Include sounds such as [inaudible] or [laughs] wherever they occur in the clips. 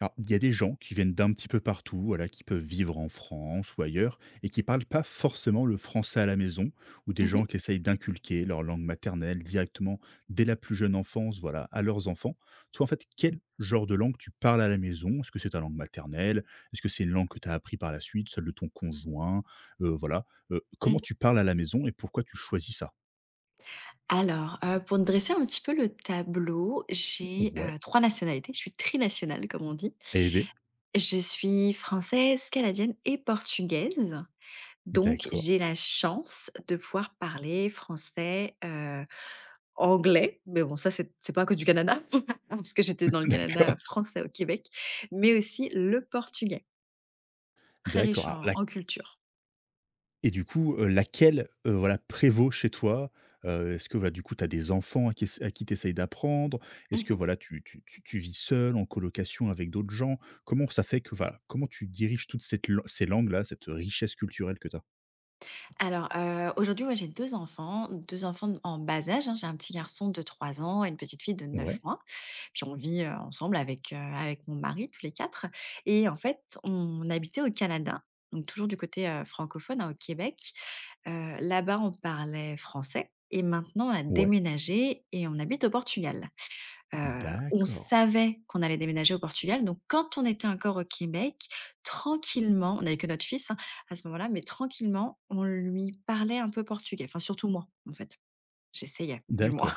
Alors, il y a des gens qui viennent d'un petit peu partout, voilà, qui peuvent vivre en France ou ailleurs, et qui parlent pas forcément le français à la maison, ou des Mmh gens mh. qui essayent d'inculquer leur langue maternelle directement dès la plus jeune enfance, voilà, à leurs enfants. Toi, en fait, quel genre de langue tu parles à la maison? Est-ce que c'est ta langue maternelle? Est-ce que c'est une langue que tu as appris par la suite, celle de ton conjoint? Voilà. Comment Mmh tu parles à la maison et pourquoi tu choisis ça? Alors, pour dresser un petit peu le tableau, j'ai, Ouais. 3 nationalités. Je suis trinationale comme on dit. Eh bien, Je suis française, canadienne et portugaise. Donc d'accord, j'ai la chance de pouvoir parler français, anglais, mais bon ça c'est pas à cause du Canada, [laughs] parce que j'étais dans [laughs] le Canada d'accord, français au Québec, mais aussi le portugais, très d'accord. riche Alors, en la en culture. Et du coup, laquelle, voilà, prévaut chez toi? Est-ce que, voilà, du coup, tu as des enfants à qui ess tu essayes d'apprendre? Est-ce que, Mmh voilà, tu vis seul, en colocation avec d'autres gens? Comment ça fait que, voilà, comment tu diriges toute cette lan ces langues-là, cette richesse culturelle que tu as? Alors, aujourd'hui, ouais, j'ai 2 enfants d en bas âge, hein. J'ai un petit garçon de 3 ans et une petite fille de neuf Ouais, mois. Puis on vit, ensemble avec mon mari tous les 4. Et en fait, on habitait au Canada, donc toujours du côté, francophone, hein, au Québec. Là-bas, on parlait français et maintenant on a ouais, déménagé et on habite au Portugal. On d'accord, savait qu'on allait déménager au Portugal, donc quand on était encore au Québec, tranquillement, on n'avait que notre fils, hein, à ce moment-là, mais tranquillement, on lui parlait un peu portugais, enfin surtout moi, en fait. J'essayais, du moins. d'accord.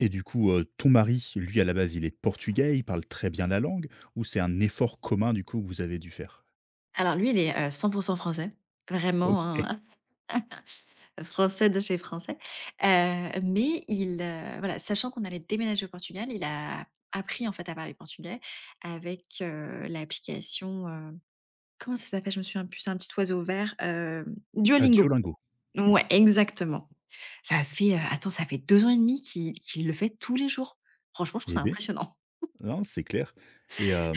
Et du coup, ton mari, lui, à la base, il est portugais, il parle très bien la langue, ou c'est un effort commun, du coup, que vous avez dû faire? [laughs] Alors lui, il est, 100% français, vraiment, OK. hein, [laughs] [laughs] français de chez français, mais il, voilà, sachant qu'on allait déménager au Portugal, il a appris en fait à parler portugais avec, l'application. Comment ça s'appelle? Je me souviens plus, c'est un petit oiseau vert, À Duolingo. Duolingo. Mmh. Ouais, exactement. Ça fait, attends, ça fait 2 ans et demi qu'il le fait tous les jours. Franchement, je trouve Eh ça beh, impressionnant. non, c'est clair et euh,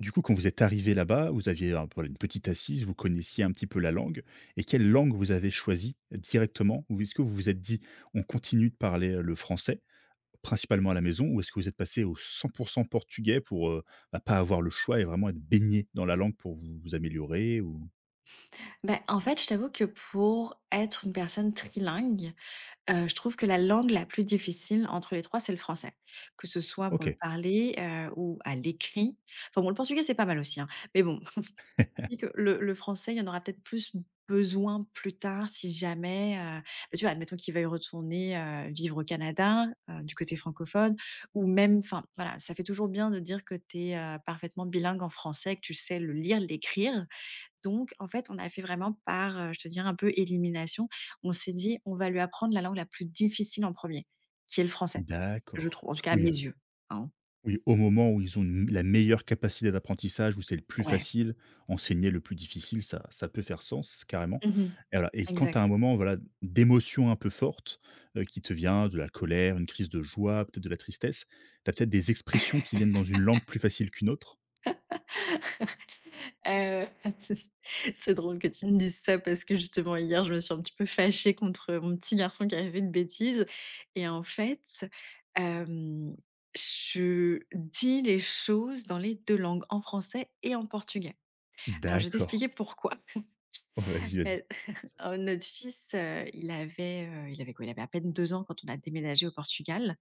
du coup, quand vous êtes arrivé là-bas, vous aviez un peu une petite assise, vous connaissiez un petit peu la langue. Et quelle langue vous avez choisi directement? Ou est-ce que vous vous êtes dit: «On continue de parler, le français, principalement à la maison» ou est-ce que vous êtes passé au cent pour 100 portugais pour, bah, pas avoir le choix et vraiment être baigné dans la langue pour vous améliorer ou? Bah, en fait, je t'avoue que pour être une personne trilingue, je trouve que la langue la plus difficile entre les 3, c'est le français. Que ce soit pour le OK. parler, ou à l'écrit. Enfin bon, le portugais, c'est pas mal aussi, hein, mais bon, dis que le français, il y en aura peut-être plus besoin plus tard si jamais, bah, tu vois, admettons qu'il veuille retourner, vivre au Canada, du côté francophone ou même enfin, voilà, ça fait toujours bien de dire que tu es, parfaitement bilingue en français, que tu sais le lire, l'écrire. Donc en fait, on a fait vraiment par, je te dirais un peu élimination. On s'est dit: «On va lui apprendre la langue la plus difficile en premier, qui est le français, je D'accord. trouve, en tout cas à Oui, mes yeux, hein.» oui, au moment où ils ont une la meilleure capacité d'apprentissage, où c'est le plus Ouais. facile, enseigner le plus difficile, ça peut faire sens carrément Mmh. et voilà, et quand tu as un Exact. moment, voilà, d'émotion un peu forte, qui te vient de la colère, une crise de joie, peut-être de la tristesse, tu as peut-être des expressions qui viennent dans une langue plus facile qu'une autre? Heu, [laughs] c'est drôle que tu me dises ça parce que justement hier, je me suis un petit peu fâchée contre mon petit garçon qui avait fait une bêtise et en fait, hem, je dis les choses dans les 2 langues, en français et en portugais. Alors je vais D'accord. t'expliquer pourquoi. [laughs] Vas-y, Heu, vas-y. alors [laughs] notre fils, il avait quoi? Il avait à peine 2 ans quand on a déménagé au Portugal.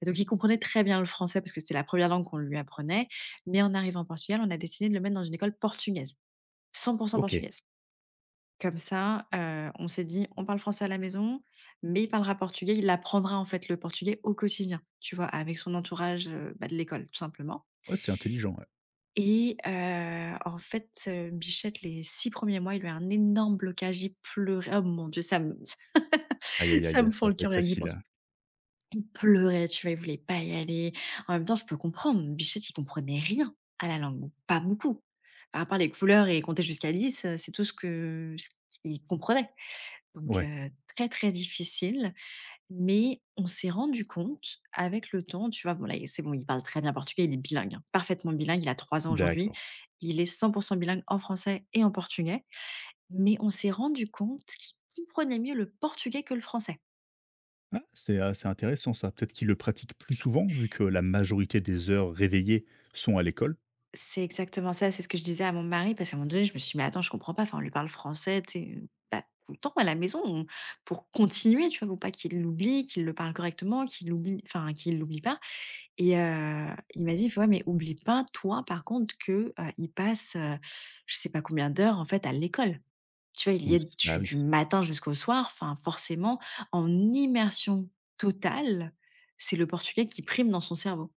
Et donc il comprenait très bien le français parce que c'était la première langue qu'on lui apprenait, mais en arrivant au Portugal, on a décidé de le mettre dans une école portugaise, 100% OK. portugaise. Comme ça, on s'est dit: «On parle français à la maison, mais il parlera portugais, il apprendra en fait le portugais au quotidien», tu vois? Avec son entourage, bah, de l'école tout simplement. Ouais, c'est intelligent, ouais. Et en fait, Bichette les 6 premiers mois, il y a eu un énorme blocage, il pleurait. Oh mon Dieu, ça me Aïe, [laughs] aïe, ça aïe, me ça fend va le pas cœur être rien que d'y facile, penser. hein. Il pleurait, tu vois? Il voulait pas y aller. En même temps, je peux comprendre, Bichette, il comprenait rien à la langue ou pas beaucoup. Enfin, à part les couleurs et compter jusqu'à 10, c'est tout ce qu'il comprenait. Donc Ouais, très, très difficile, mais on s'est rendu compte avec le temps, tu vois? Bon là, c'est bon, il parle très bien portugais, il est bilingue, hein, parfaitement bilingue, il a 3 ans aujourd'hui. d'accord. Il est 100% bilingue en français et en portugais, mais on s'est rendu compte qu'il comprenait mieux le portugais que le français. Ah, c'est intéressant ça. Peut-être qu'ils le pratiquent plus souvent vu que la majorité des heures réveillées sont à l'école? C'est exactement ça, c'est ce que je disais à mon mari parce qu'à un moment donné, je me suis dit: «Mais attends, je comprends pas, enfin on lui parle français, tu sais, bah, tout le temps à la maison, on pour continuer», tu vois? Pour pas qu'il l'oublie, qu'il le parle correctement, qu'il l'oublie enfin qu'il l'oublie pas. Et il m'a dit: «Il fait: "Ouais, mais oublie pas, toi, par contre, que, il passe, je sais pas combien d'heures, en fait, à l'école".» Tu vois? Il y Oui, est du oui. du matin jusqu'au soir, enfin, forcément, en immersion totale, c'est le portugais qui prime dans son cerveau.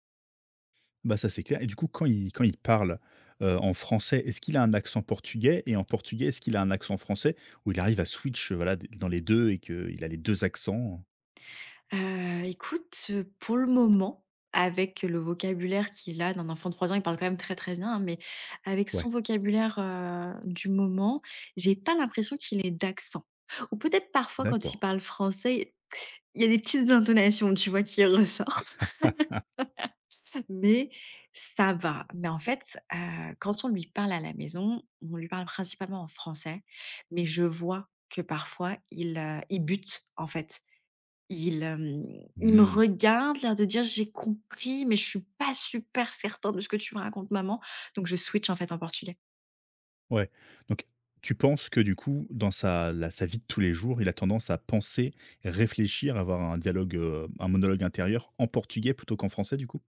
Bah, ça, c'est clair et du coup, quand il parle, en français, est-ce qu'il a un accent portugais? Et en portugais, est-ce qu'il a un accent français? Ou il arrive à switch, voilà, d dans les deux et qu'il a les 2 accents? Écoute, pour le moment, avec le vocabulaire qu'il a d'un enfant de 3 ans, il parle quand même très, très bien, hein, mais avec son Ouais, vocabulaire, du moment, j'ai pas l'impression qu'il ait d'accent. Ou peut-être parfois quand il d'accord. parle français. Il y a des petites intonations, tu vois, qui ressortent, Ah, [laughs] mais ça va. Mais en fait, quand on lui parle à la maison, on lui parle principalement en français, mais je vois que parfois il bute, en fait. Il, hem, il me mmh, regarde, l'air de dire: «J'ai compris, mais je suis pas super certain de ce que tu me racontes maman», donc je switch, en fait, en portugais. ouais. Donc tu penses que du coup, dans sa vie de tous les jours, il a tendance à penser, réfléchir, avoir un dialogue, un monologue intérieur en portugais plutôt qu'en français, du coup?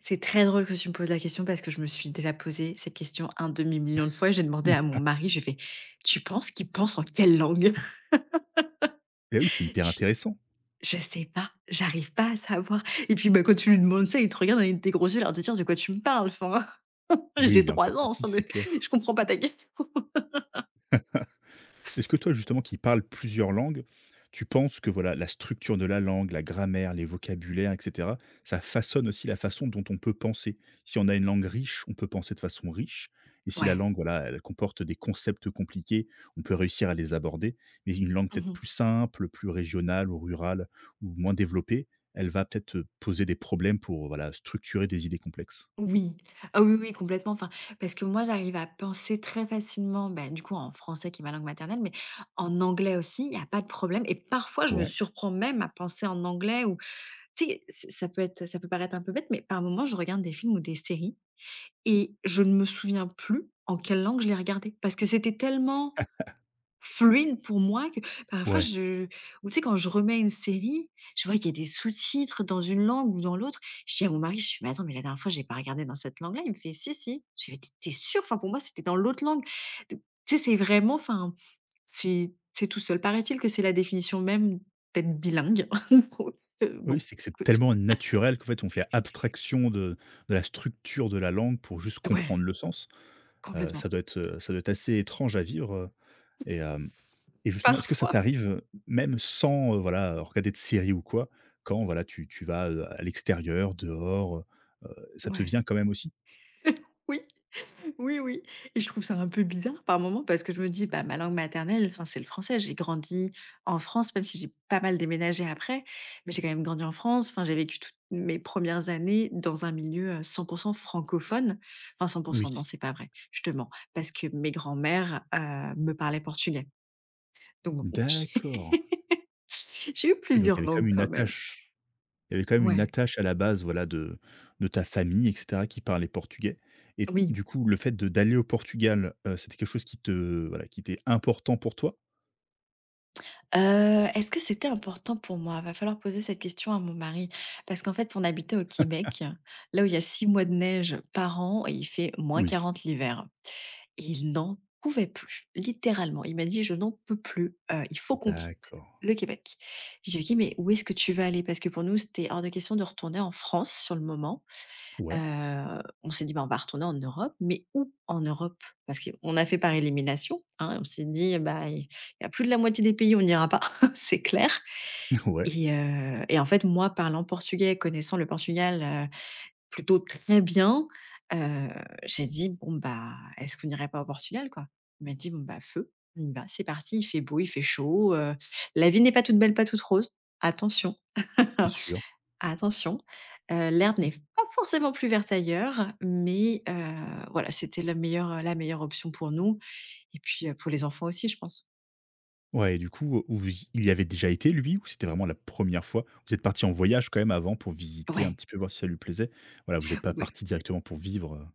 C'est très drôle que tu me poses la question parce que je me suis déjà posé cette question un demi-million de fois et j'ai demandé à Ouais. mon mari, j'ai fait: «Tu penses qu'il pense en quelle langue?» Et oui, c'est hyper intéressant. [laughs] Je sais pas, j'arrive pas à savoir et puis, bah, quand tu lui demandes ça, il te regarde avec des gros yeux, l'air de dire: «De quoi tu me parles? Enfin, [laughs] Oui, j'ai il est 3 encore ans, petit, enfin de c'est clair. je comprends pas ta question.» Est-ce que [laughs] toi, justement, qui parles plusieurs langues, tu penses que voilà, la structure de la langue, la grammaire, les vocabulaires, et cetera, ça façonne aussi la façon dont on peut penser? Si on a une langue riche, on peut penser de façon riche, et si la Ouais. langue, voilà, elle comporte des concepts compliqués, on peut réussir à les aborder. Mais une langue peut-être Mmh. plus simple, plus régionale ou rurale, ou moins développée, elle va peut-être, poser des problèmes pour, voilà, structurer des idées complexes. Oui. Ah oui, oui, complètement, enfin, parce que moi, j'arrive à penser très facilement, bah, du coup, en français qui est ma langue maternelle, mais en anglais aussi, il y a pas de problème et parfois, je me Ouais. surprends même à penser en anglais ou tu sais, ç ça peut être ça peut paraître un peu bête, mais par moments, je regarde des films ou des séries et je ne me souviens plus en quelle langue je les regardais parce que c'était tellement fluide pour moi que parfois Ouais. je ou tu sais quand je remets une série, je vois qu'il y a des sous-titres dans une langue ou dans l'autre. Je dis à mon mari, je fais: «Mais attends, mais la dernière fois, j'ai pas regardé dans cette langue-là.» Il me fait: «Si, si.» Je fais: «Mais tu es sûr? Enfin pour moi, c'était dans l'autre langue.» Donc tu sais, c'est vraiment enfin, c'est tout seul. Paraît-il que c'est la définition même d'être bilingue. [laughs] Donc Oui, bon, c'est que c'est écoute, tellement naturel qu'en fait, on fait abstraction de la structure de la langue pour juste ouais, comprendre le sens. Complètement. Ça doit être, ça doit être assez étrange à vivre, et hem et justement, est-ce que ça Parfois, t'arrive, même sans, voilà, regarder de série ou quoi, quand voilà, tu vas, à l'extérieur, dehors, ça te ouais. vient quand même aussi? Oui. Oui, oui, et je trouve ça un peu bizarre par moment parce que je me dis: «Bah, ma langue maternelle, enfin, c'est le français.» J'ai grandi en France, même si j'ai pas mal déménagé après, mais j'ai quand même grandi en France. Enfin, j'ai vécu toutes mes premières années dans un milieu, 100% francophone. Enfin Oui. 100% non, c'est pas vrai, je te mens, parce que mes grands-mères, me parlaient portugais. Donc bon, D'accord. [laughs] j'ai eu Oui, donc il y plusieurs avait quand langues même une quand même. attache. Il y avait quand même une Ouais, attache à la base, voilà, de ta famille et cetera qui parlait portugais, et oui. du coup, le fait de d'aller au Portugal, c'était quelque chose qui te voilà, qui était important pour toi? Est-ce que c'était important pour moi? Va falloir poser cette question à mon mari parce qu'en fait, on habitait au Québec, là où il y a 6 mois de neige par an et il fait moins Oui. quarante l'hiver. Et il n'en pouvait plus, littéralement. Il m'a dit: «Je n'en peux plus, il faut qu'on quitte D'accord. le Québec.» J'ai lui ai dit: ok, «Mais où est-ce que tu vas aller?» parce que pour nous, c'était hors de question de retourner en France sur le moment. Ouais, On s'est dit: «Bah, on va retourner en Europe», mais où en Europe? Parce qu'on a fait par élimination, hein, on s'est dit: «Bah, il y a plus de la moitié des pays, on n'ira pas, [laughs] c'est clair.» [laughs] ouais, Et en fait, moi, parlant portugais, connaissant le Portugal, plutôt très bien, heu, j'ai dit: «Bon, bah, est-ce qu'on n'irait pas au Portugal, quoi?» Il m'a dit: «Bon, bah, feu, on y va, c'est parti, il fait beau, il fait chaud, la vie n'est pas toute belle, pas toute rose, attention.» c'est [laughs] sûr. Attention, l'herbe n'est pas forcément plus verte ailleurs, mais voilà, c'était la meilleure option pour nous et puis, pour les enfants aussi, je pense. Ouais et du coup, vous y il y avait déjà été lui, ou c'était vraiment la première fois? Vous êtes parti en voyage quand même avant pour visiter un Ouais, petit peu, voir si ça lui plaisait? Voilà, vous n'êtes pas ouais. parti directement pour vivre, heu?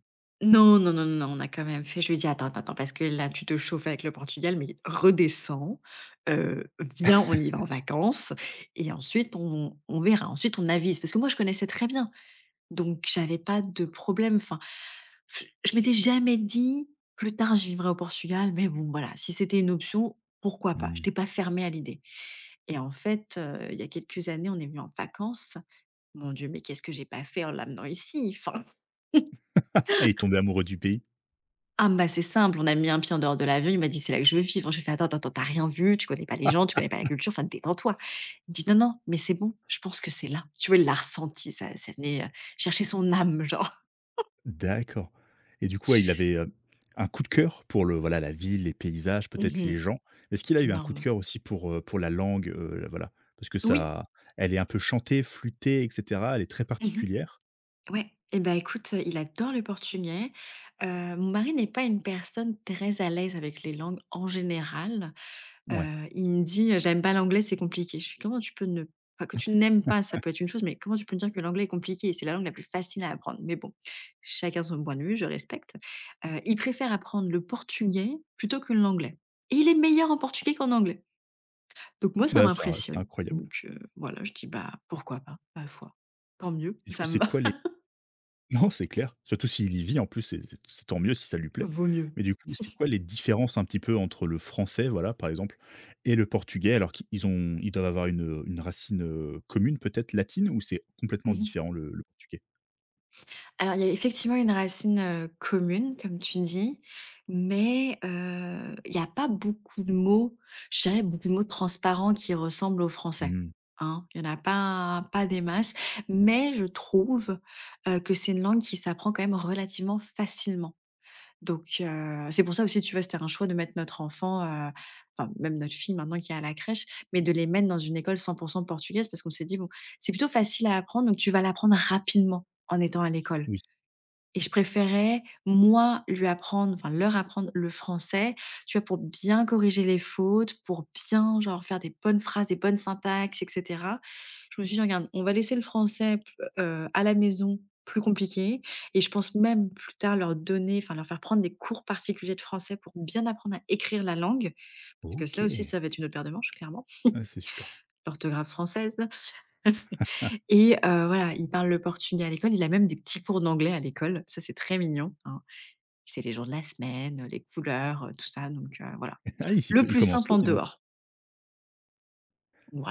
Non, non, non, non, non, on a quand même fait je lui ai dit: «Attends, attends, attends, parce que là, tu te chauffes avec le Portugal, mais redescends, heu, viens, on y va en vacances et ensuite on verra, ensuite on avise». Parce que moi, je connaissais très bien. Donc j'avais pas de problème, enfin, je m'étais jamais dit: «Plus tard, je vivrai au Portugal», mais bon, voilà, si c'était une option, pourquoi pas? Je Mmh. J'étais pas fermée à l'idée et en fait, il y a quelques années, on est venu en vacances. Mon Dieu, mais qu'est-ce que j'ai pas fait en l'amenant ici? Enfin, [laughs] Ah, il est tombé amoureux du pays? ah, bah, c'est simple, on a mis un pied en dehors de l'avion, il m'a dit: «C'est là que je veux vivre». Je lui ai fait: «Attends, attends, attends, tu rien vu, tu connais pas les gens, tu connais pas la culture, enfin détends-toi». Il dit: «Non, non, mais c'est bon, je pense que c'est là». Tu vois, il l'a ressenti, ça ça venait, chercher son âme, genre. D'accord et du coup, ouais, il avait, un coup de cœur pour le voilà, la ville, les paysages, peut-être Mmh. les gens. Est-ce qu'il a eu un coup de Énorme. cœur aussi pour la langue, voilà? Parce que Oui. ça, elle est un peu chantée, flûtée et cetera, elle est très Mmh. particulière. Ouais, et ben, écoute, il adore le portugais. Heu, mon mari n'est pas une personne très à l'aise avec les langues en général. Ouais, Il me dit: «J'aime pas l'anglais, c'est compliqué». Je fais: «Comment tu peux ne enfin, que tu n'aimes pas, ça peut être une chose, mais comment tu peux me dire que l'anglais est compliqué? C'est la langue la plus facile à apprendre». Mais bon, chacun son point de vue, je respecte. Il préfère apprendre le portugais plutôt que l'anglais et il est meilleur en portugais qu'en anglais. Donc moi, ça bah, ça c'est m'impressionne. incroyable Donc voilà, je dis: «Bah, pourquoi pas? Ma foi, tant mieux, et du coup, ça me c'est va, quoi les [laughs] non, c'est clair, surtout s'il y vit en plus, c'est c'est tant mieux si ça lui [laughs] plaît. vaut mieux». Mais du coup, c'est quoi les différences un petit peu entre le français, voilà, par exemple et le portugais? Alors qu'ils ont, ils doivent avoir une racine, commune peut-être latine, ou c'est complètement Mmh. différent le portugais? Alors il y a effectivement une racine, commune comme tu dis, mais il y a pas beaucoup de mots, je dirais beaucoup de mots transparents qui ressemblent au français, Mmh. hein. Il y en a pas des masses, mais je trouve, que c'est une langue qui s'apprend quand même relativement facilement. Donc c'est pour ça aussi, tu vois, c'était un choix de mettre notre enfant, enfin même notre fille maintenant qui est à la crèche, mais de les mettre dans une école 100 portugaise parce qu'on s'est dit: «Bon, c'est plutôt facile à apprendre, donc tu vas l'apprendre rapidement en étant à l'école». Oui. Et je préférais, moi, lui apprendre, enfin leur apprendre le français, tu vois, pour bien corriger les fautes, pour bien, genre, faire des bonnes phrases, des bonnes syntaxes, et cetera. Je me suis dit: «Regarde, on va laisser le français p à la maison, plus compliqué» et je pense même plus tard leur donner, enfin leur faire prendre des cours particuliers de français pour bien apprendre à écrire la langue. Parce que ça aussi, OK. ça va être une autre paire de manches, clairement, Ouais, c'est sûr. l'orthographe française, et voilà, il parle le portugais à l'école, il a même des petits cours d'anglais à l'école, ça c'est très mignon, hein. C'est les jours de la semaine, les couleurs, tout ça, donc voilà. [laughs] Ah, il s'y co Le il plus commence simple tôt, en dis donc. dehors,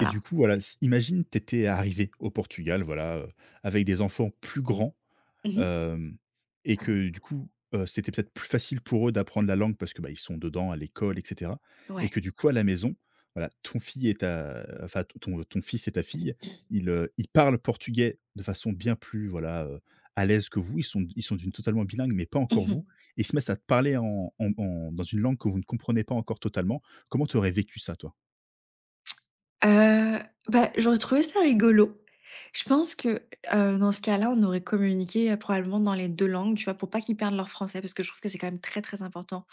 Et du coup, voilà, s imagine, t'étais arrivé au Portugal, voilà, avec des enfants plus grands. Mmh. Hem Et que du coup, c'était peut-être plus facile pour eux d'apprendre la langue parce que, bah, ils sont dedans à l'école et cetera, et que Ouais. du coup à la maison, voilà, ton fille et ta enfin ton fils et ta fille, ils, ils parlent portugais de façon bien plus, voilà, à l'aise que vous. Ils sont d'une totalement bilingue mais pas encore Mmh mh. vous, et ils se mettent à te parler en dans une langue que vous ne comprenez pas encore totalement. Comment tu aurais vécu ça, toi? Euh, bah, j'aurais trouvé ça rigolo. Je pense que, dans ce cas-là, on aurait communiqué, probablement dans les 2 langues, tu vois, pour pas qu'ils perdent leur français parce que je trouve que c'est quand même très, très important.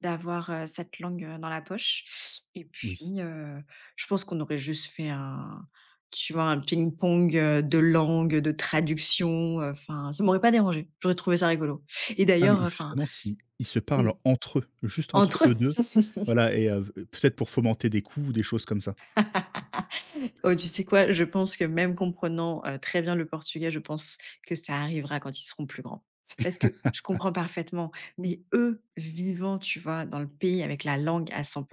D'avoir, cette langue, dans la poche, et puis, Oui. Je pense qu'on aurait juste fait un tu vois, un ping-pong, de langue de traduction, enfin, ça m'aurait pas dérangé. J'aurais trouvé ça rigolo et Ah mais d'ailleurs, enfin, justement, si ils se parlent mmh, entre eux, juste entre entre eux [laughs] deux, voilà et v peut-être pour fomenter des coups ou des choses comme ça. Oh, tu sais quoi? Je pense que même comprenant, très bien le portugais, je pense que ça arrivera quand ils seront plus grands. Parce que je comprends parfaitement, mais eux, vivant, tu vois, dans le pays avec la langue à 100,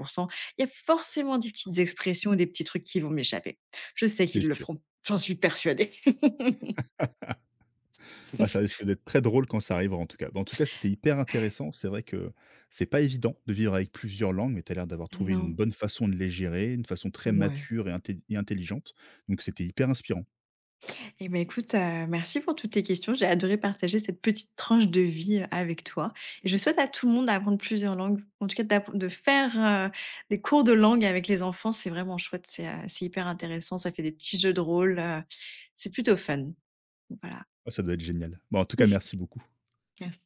il y a forcément des petites expressions ou des petits trucs qui vont m'échapper. Je sais C'est qu'ils le sûr. feront, j'en suis persuadée. [laughs] Ah, ça risque d'être très drôle quand ça arrivera en tout cas. Bah, en tout cas, c'était hyper intéressant. C'est vrai que c'est pas évident de vivre avec plusieurs langues, mais tu as l'air d'avoir trouvé une Non. bonne façon de les gérer, une façon très Ouais. mature et, intelligente. Donc c'était hyper inspirant. Eh ben, écoute, merci pour toutes tes questions. J'ai adoré partager cette petite tranche de vie, avec toi, et je souhaite à tout le monde d'apprendre plusieurs langues. En tout cas, d'app de faire, des cours de langue avec les enfants, c'est vraiment chouette. C'est hyper intéressant. Ça fait des petits jeux de rôle, c'est plutôt fun. Voilà. Ah, ça doit être génial. Bon, en tout cas, [laughs] merci beaucoup. Merci.